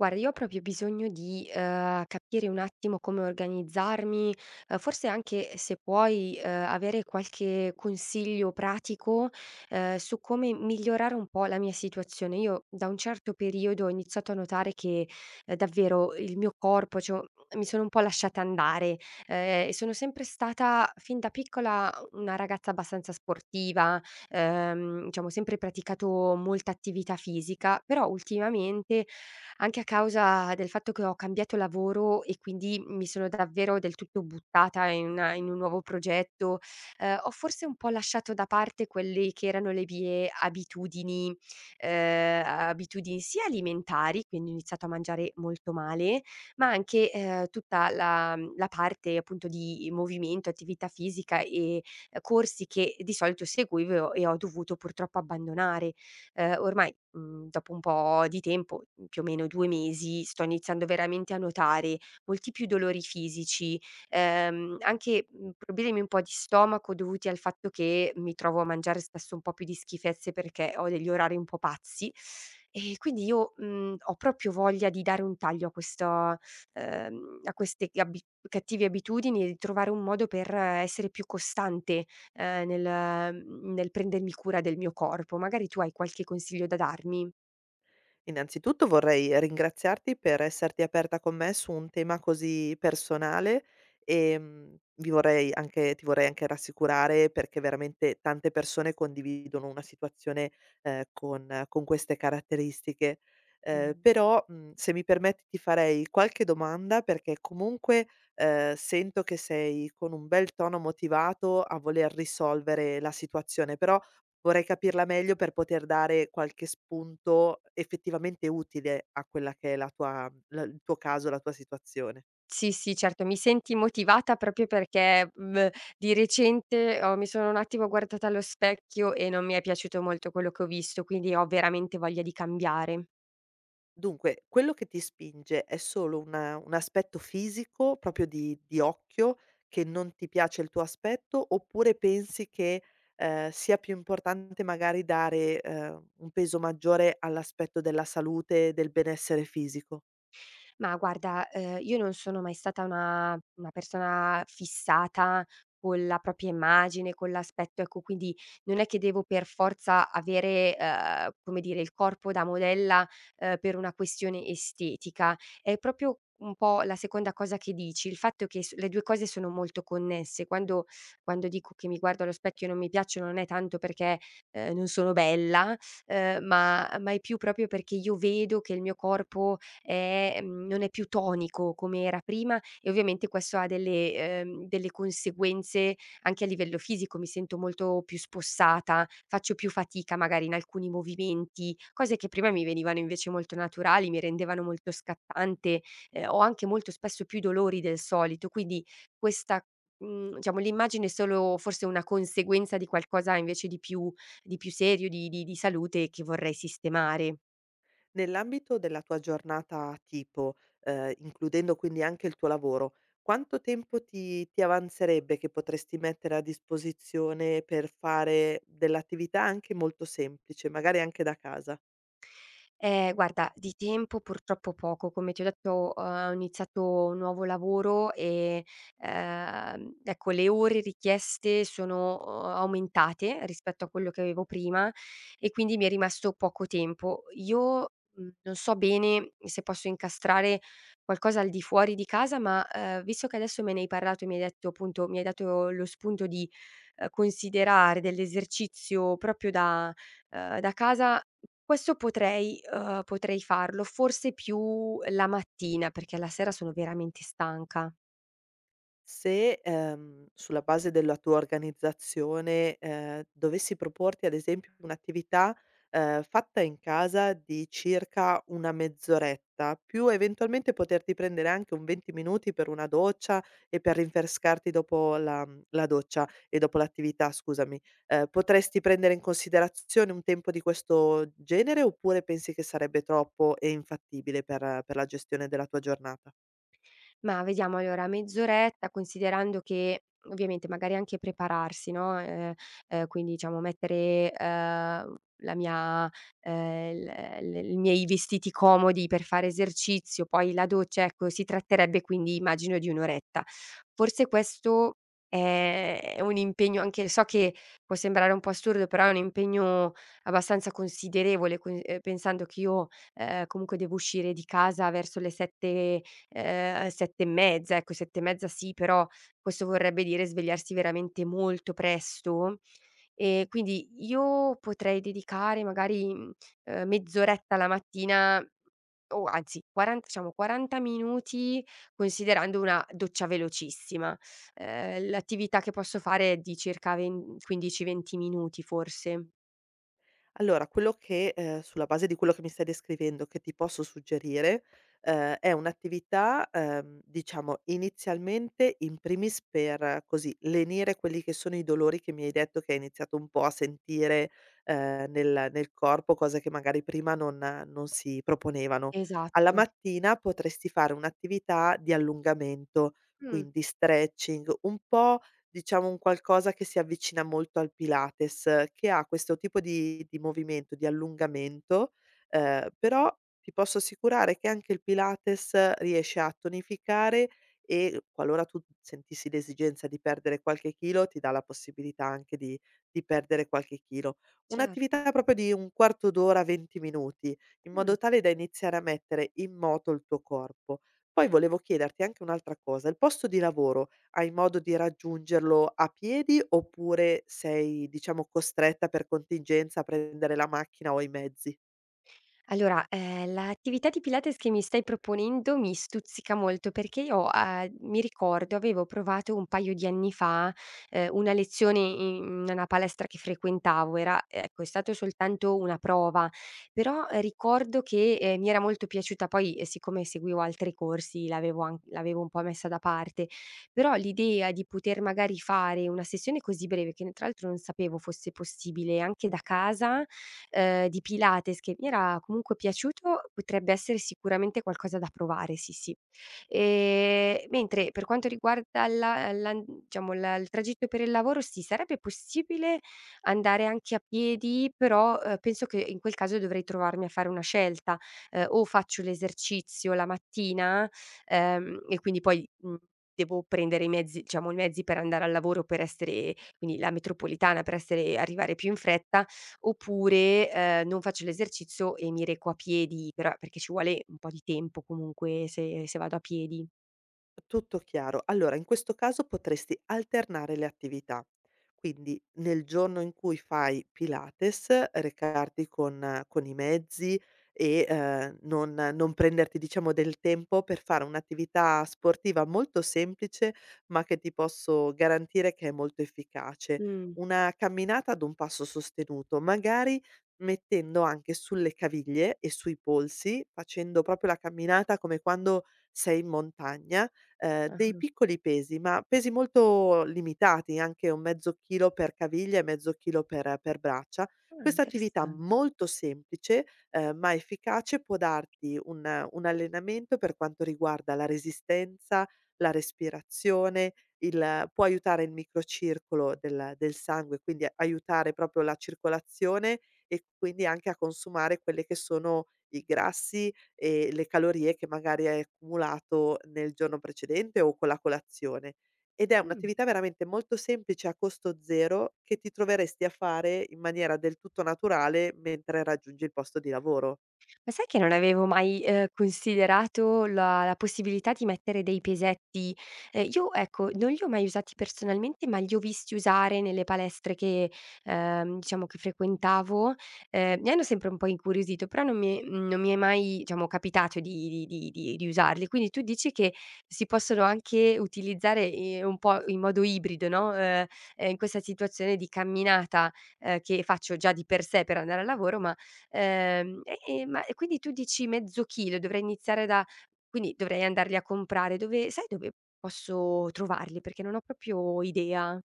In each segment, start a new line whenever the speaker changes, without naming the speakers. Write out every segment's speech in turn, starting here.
Guarda, io ho proprio bisogno di capire un attimo come organizzarmi, forse anche se puoi avere qualche consiglio pratico su come migliorare un po' la mia situazione. Io da un certo periodo ho iniziato a notare che davvero il mio corpo, cioè mi sono un po' lasciata andare. E sono sempre stata fin da piccola una ragazza abbastanza sportiva. Diciamo sempre praticato molta attività fisica, però ultimamente, anche a causa del fatto che ho cambiato lavoro e quindi mi sono davvero del tutto buttata in una in un nuovo progetto. Ho forse un po' lasciato da parte quelli che erano le mie abitudini sia alimentari, quindi ho iniziato a mangiare molto male, ma anche tutta la parte appunto di movimento, attività fisica e corsi che di solito seguivo e ho dovuto purtroppo abbandonare. Ormai, dopo un po' di tempo, più o meno 2 mesi, sto iniziando veramente a notare molti più dolori fisici anche problemi un po' di stomaco dovuti al fatto che mi trovo a mangiare spesso un po' più di schifezze perché ho degli orari un po' pazzi. E quindi io ho proprio voglia di dare un taglio a questo a queste abi cattive abitudini e di trovare un modo per essere più costante nel nel prendermi cura del mio corpo. Magari tu hai qualche consiglio da darmi?
Innanzitutto vorrei ringraziarti per esserti aperta con me su un tema così personale e ti vorrei anche rassicurare perché veramente tante persone condividono una situazione con queste caratteristiche.
Mh.
Però Se mi permetti ti farei qualche domanda perché comunque sento che sei con un bel tono motivato a voler risolvere la situazione, però vorrei capirla meglio per poter dare qualche spunto effettivamente utile a quella che è la tua la il tuo caso, la tua situazione.
Sì, sì, certo, mi senti motivata proprio perché di recente ho mi sono un attimo guardata allo specchio e non mi è piaciuto molto quello che ho visto, quindi ho veramente voglia di cambiare.
Dunque, quello che ti spinge è solo una un aspetto fisico, proprio di occhio, che non ti piace il tuo aspetto, oppure pensi che, sia più importante magari dare, un peso maggiore all'aspetto della salute, del benessere fisico?
Ma guarda, io non sono mai stata una persona fissata con la propria immagine, con l'aspetto, ecco, quindi non è che devo per forza avere come dire, il corpo da modella, per una questione estetica. È proprio un po' la seconda cosa che dici, il fatto che s le 2 cose sono molto connesse. Quando dico che mi guardo allo specchio e non mi piaccio, non è tanto perché non sono bella, ma è più proprio perché io vedo che il mio corpo non è più tonico come era prima e ovviamente questo ha delle conseguenze anche a livello fisico. Mi sento molto più spossata, faccio più fatica magari in alcuni movimenti, cose che prima mi venivano invece molto naturali, mi rendevano molto scattante. Ho anche molto spesso più dolori del solito, quindi questa, mhmm, diciamo l'immagine è solo forse una conseguenza di qualcosa invece di più serio, di salute che vorrei sistemare.
Nell'ambito della tua giornata tipo, includendo quindi anche il tuo lavoro, quanto tempo ti avanzerebbe che potresti mettere a disposizione per fare dell'attività anche molto semplice, magari anche da casa?
Guarda, di tempo purtroppo poco. Come ti ho detto, ho iniziato un nuovo lavoro e ecco, le ore richieste sono aumentate rispetto a quello che avevo prima e quindi mi è rimasto poco tempo. Io non so bene se posso incastrare qualcosa al di fuori di casa, ma visto che adesso me ne hai parlato e mi hai dato lo spunto di considerare dell'esercizio proprio da casa. Questo potrei farlo, forse più la mattina, perché la sera sono veramente stanca.
Se, sulla base della tua organizzazione, dovessi proporti ad esempio un'attività, fatta in casa di circa una mezz'oretta, più eventualmente poterti prendere anche un 20 minuti per una doccia e per rinfrescarti dopo la la doccia e dopo l'attività, scusami, potresti prendere in considerazione un tempo di questo genere, oppure pensi che sarebbe troppo e infattibile per la gestione della tua giornata?
Ma vediamo allora, mezz'oretta, considerando che ovviamente magari anche prepararsi, no quindi diciamo mettere la mia l l i miei vestiti comodi per fare esercizio, poi la doccia, ecco, si tratterebbe quindi immagino di 1 oretta. Forse questo è un impegno, anche so che può sembrare un po' assurdo, però è un impegno abbastanza considerevole, con pensando che io comunque devo uscire di casa verso le 7. 7 e mezza, ecco 7 e mezza, sì, però questo vorrebbe dire svegliarsi veramente molto presto. Quindi io potrei dedicare magari mezz'oretta la mattina, o anzi 40 minuti, considerando una doccia velocissima. L'attività che posso fare è di circa ven 15, 20 minuti forse.
Allora, quello che sulla base di quello che mi stai descrivendo, che ti posso suggerire, è un'attività, diciamo inizialmente in primis per, così, lenire quelli che sono i dolori che mi hai detto che hai iniziato un po' a sentire, nel corpo, cose che magari prima non si proponevano. Alla
Esatto.
mattina potresti fare un'attività di allungamento,
Mh,
quindi stretching, un po', diciamo, un qualcosa che si avvicina molto al Pilates, che ha questo tipo di movimento, di allungamento, però ti posso assicurare che anche il Pilates riesce a tonificare e qualora tu sentissi l'esigenza di perdere qualche chilo, ti dà la possibilità anche di perdere qualche chilo.
cer
Un'attività proprio di un quarto d'ora, 20 minuti, in
mh.
modo tale da iniziare a mettere in moto il tuo corpo. Poi volevo chiederti anche un'altra cosa: il posto di lavoro, hai modo di raggiungerlo a piedi oppure sei, diciamo, costretta per contingenza a prendere la macchina o i mezzi?
Allora, l'attività di Pilates che mi stai proponendo mi stuzzica molto perché io mi ricordo avevo provato un paio di anni fa, una lezione in una palestra che frequentavo, era ecco, è stato soltanto una prova, però ricordo che mi era molto piaciuta. Poi, siccome seguivo altri corsi l'avevo un po' messa da parte, però l'idea di poter magari fare una sessione così breve, che n tra l'altro non sapevo fosse possibile anche da casa, di Pilates che mi era comunque piaciuto, potrebbe essere sicuramente qualcosa da provare, sì, sì. Mentre per quanto riguarda la la diciamo la il tragitto per il lavoro, sì, sarebbe possibile andare anche a piedi, però penso che in quel caso dovrei trovarmi a fare una scelta. O faccio l'esercizio la mattina, e quindi poi devo prendere i mezzi per andare al lavoro, per essere quindi la metropolitana, per essere arrivare più in fretta. Oppure, non faccio l'esercizio e mi reco a piedi, però perché ci vuole un po' di tempo comunque se vado a piedi.
Tutto chiaro. Allora, in questo caso potresti alternare le attività. Quindi nel giorno in cui fai Pilates, recarti con i mezzi e, non prenderti, diciamo, del tempo per fare un'attività sportiva molto semplice, ma che ti posso garantire che è molto efficace.
Mh.
Una camminata ad un passo sostenuto, magari mettendo anche sulle caviglie e sui polsi, facendo proprio la camminata come quando sei in montagna, dei
Ah-ah.
piccoli pesi, ma pesi molto limitati, anche un mezzo chilo per caviglia e mezzo chilo per braccia.
Ah,
Questa attività
interessan
molto semplice, ma efficace, può darti un allenamento per quanto riguarda la resistenza, la respirazione, il può aiutare il microcircolo del sangue, quindi aiutare proprio la circolazione e quindi anche a consumare quelle che sono i grassi, le calorie che magari hai accumulato nel giorno precedente o con la colazione. Ed è
mh.
un'attività veramente molto semplice a costo zero che ti troveresti a fare in maniera del tutto naturale mentre raggiungi il posto di lavoro.
Ma sai che non avevo mai considerato la possibilità di mettere dei pesetti? Io ecco, non li ho mai usati personalmente, ma li ho visti usare nelle palestre che diciamo che frequentavo. Mi hanno sempre un po' incuriosito, però non mi è mai, diciamo, capitato di usarli. Quindi tu dici che si possono anche utilizzare un po' in modo ibrido, no in questa situazione di camminata che faccio già di per sé per andare al lavoro. Quindi tu dici mezzo chilo, dovrei iniziare da quindi dovrei andarli a comprare. Dove Sai dove posso trovarli? Perché non ho proprio idea.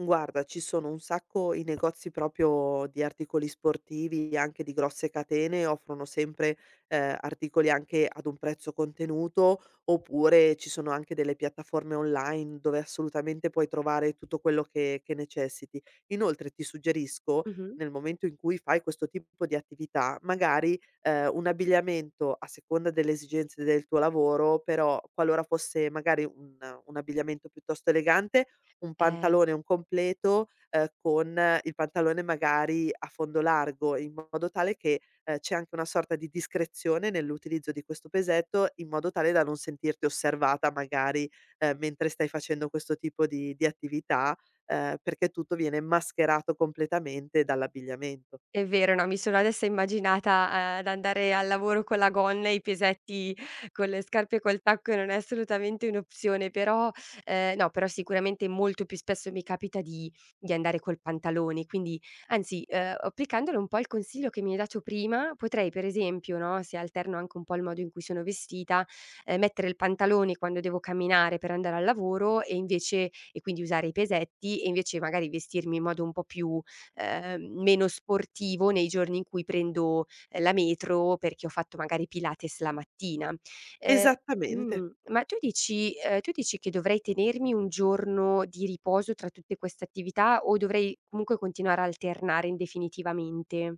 Guarda, ci sono un sacco i negozi proprio di articoli sportivi, anche di grosse catene, offrono sempre, articoli anche ad un prezzo contenuto, oppure ci sono anche delle piattaforme online dove assolutamente puoi trovare tutto quello che necessiti. Inoltre ti suggerisco,
Mh-mh.
nel momento in cui fai questo tipo di attività, magari, un abbigliamento a seconda delle esigenze del tuo lavoro, però qualora fosse magari un abbigliamento piuttosto elegante, un
Eh.
pantalone, un completo, con il pantalone magari a fondo largo, in modo tale che, c'è anche una sorta di discrezione nell'utilizzo di questo pesetto, in modo tale da non sentirti osservata magari, mentre stai facendo questo tipo di attività, perché tutto viene mascherato completamente dall'abbigliamento.
È vero, no, mi sono adesso immaginata ad andare al lavoro con la gonna e i piesetti con le scarpe e col tacco, e non è assolutamente un'opzione, però, no, però sicuramente molto più spesso mi capita di andare col pantalone. Quindi anzi applicandolo un po' il consiglio che mi hai dato prima, potrei per esempio, no, se alterno anche un po' il modo in cui sono vestita, mettere il pantalone quando devo camminare per andare al lavoro e quindi usare i pesetti, e invece magari vestirmi in modo un po' più meno sportivo nei giorni in cui prendo la metro perché ho fatto magari Pilates la mattina. Ehm
Esattamente.
ma tu dici che dovrei tenermi un giorno di riposo tra tutte queste attività o dovrei comunque continuare a alternare indefinitivamente?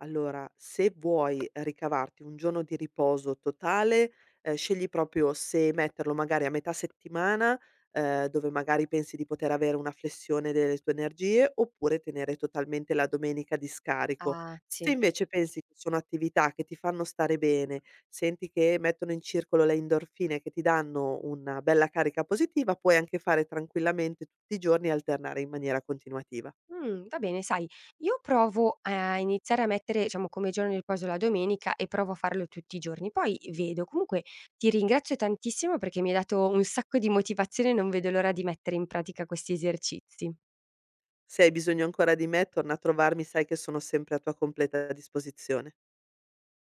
Allora, se vuoi ricavarti un giorno di riposo totale, scegli proprio se metterlo magari a metà settimana, dove magari pensi di poter avere una flessione delle tue energie, oppure tenere totalmente la domenica di scarico.
Ah,
Se
sì.
invece pensi che sono attività che ti fanno stare bene, senti che mettono in circolo le endorfine che ti danno una bella carica positiva, puoi anche fare tranquillamente tutti i giorni e alternare in maniera continuativa.
Va bene, sai, io provo a iniziare a mettere, diciamo, come giorno di riposo la domenica e provo a farlo tutti i giorni, poi vedo. Comunque ti ringrazio tantissimo perché mi hai dato un sacco di motivazione e non vedo l'ora di mettere in pratica questi esercizi.
Se hai bisogno ancora di me, torna a trovarmi, sai che sono sempre a tua completa disposizione.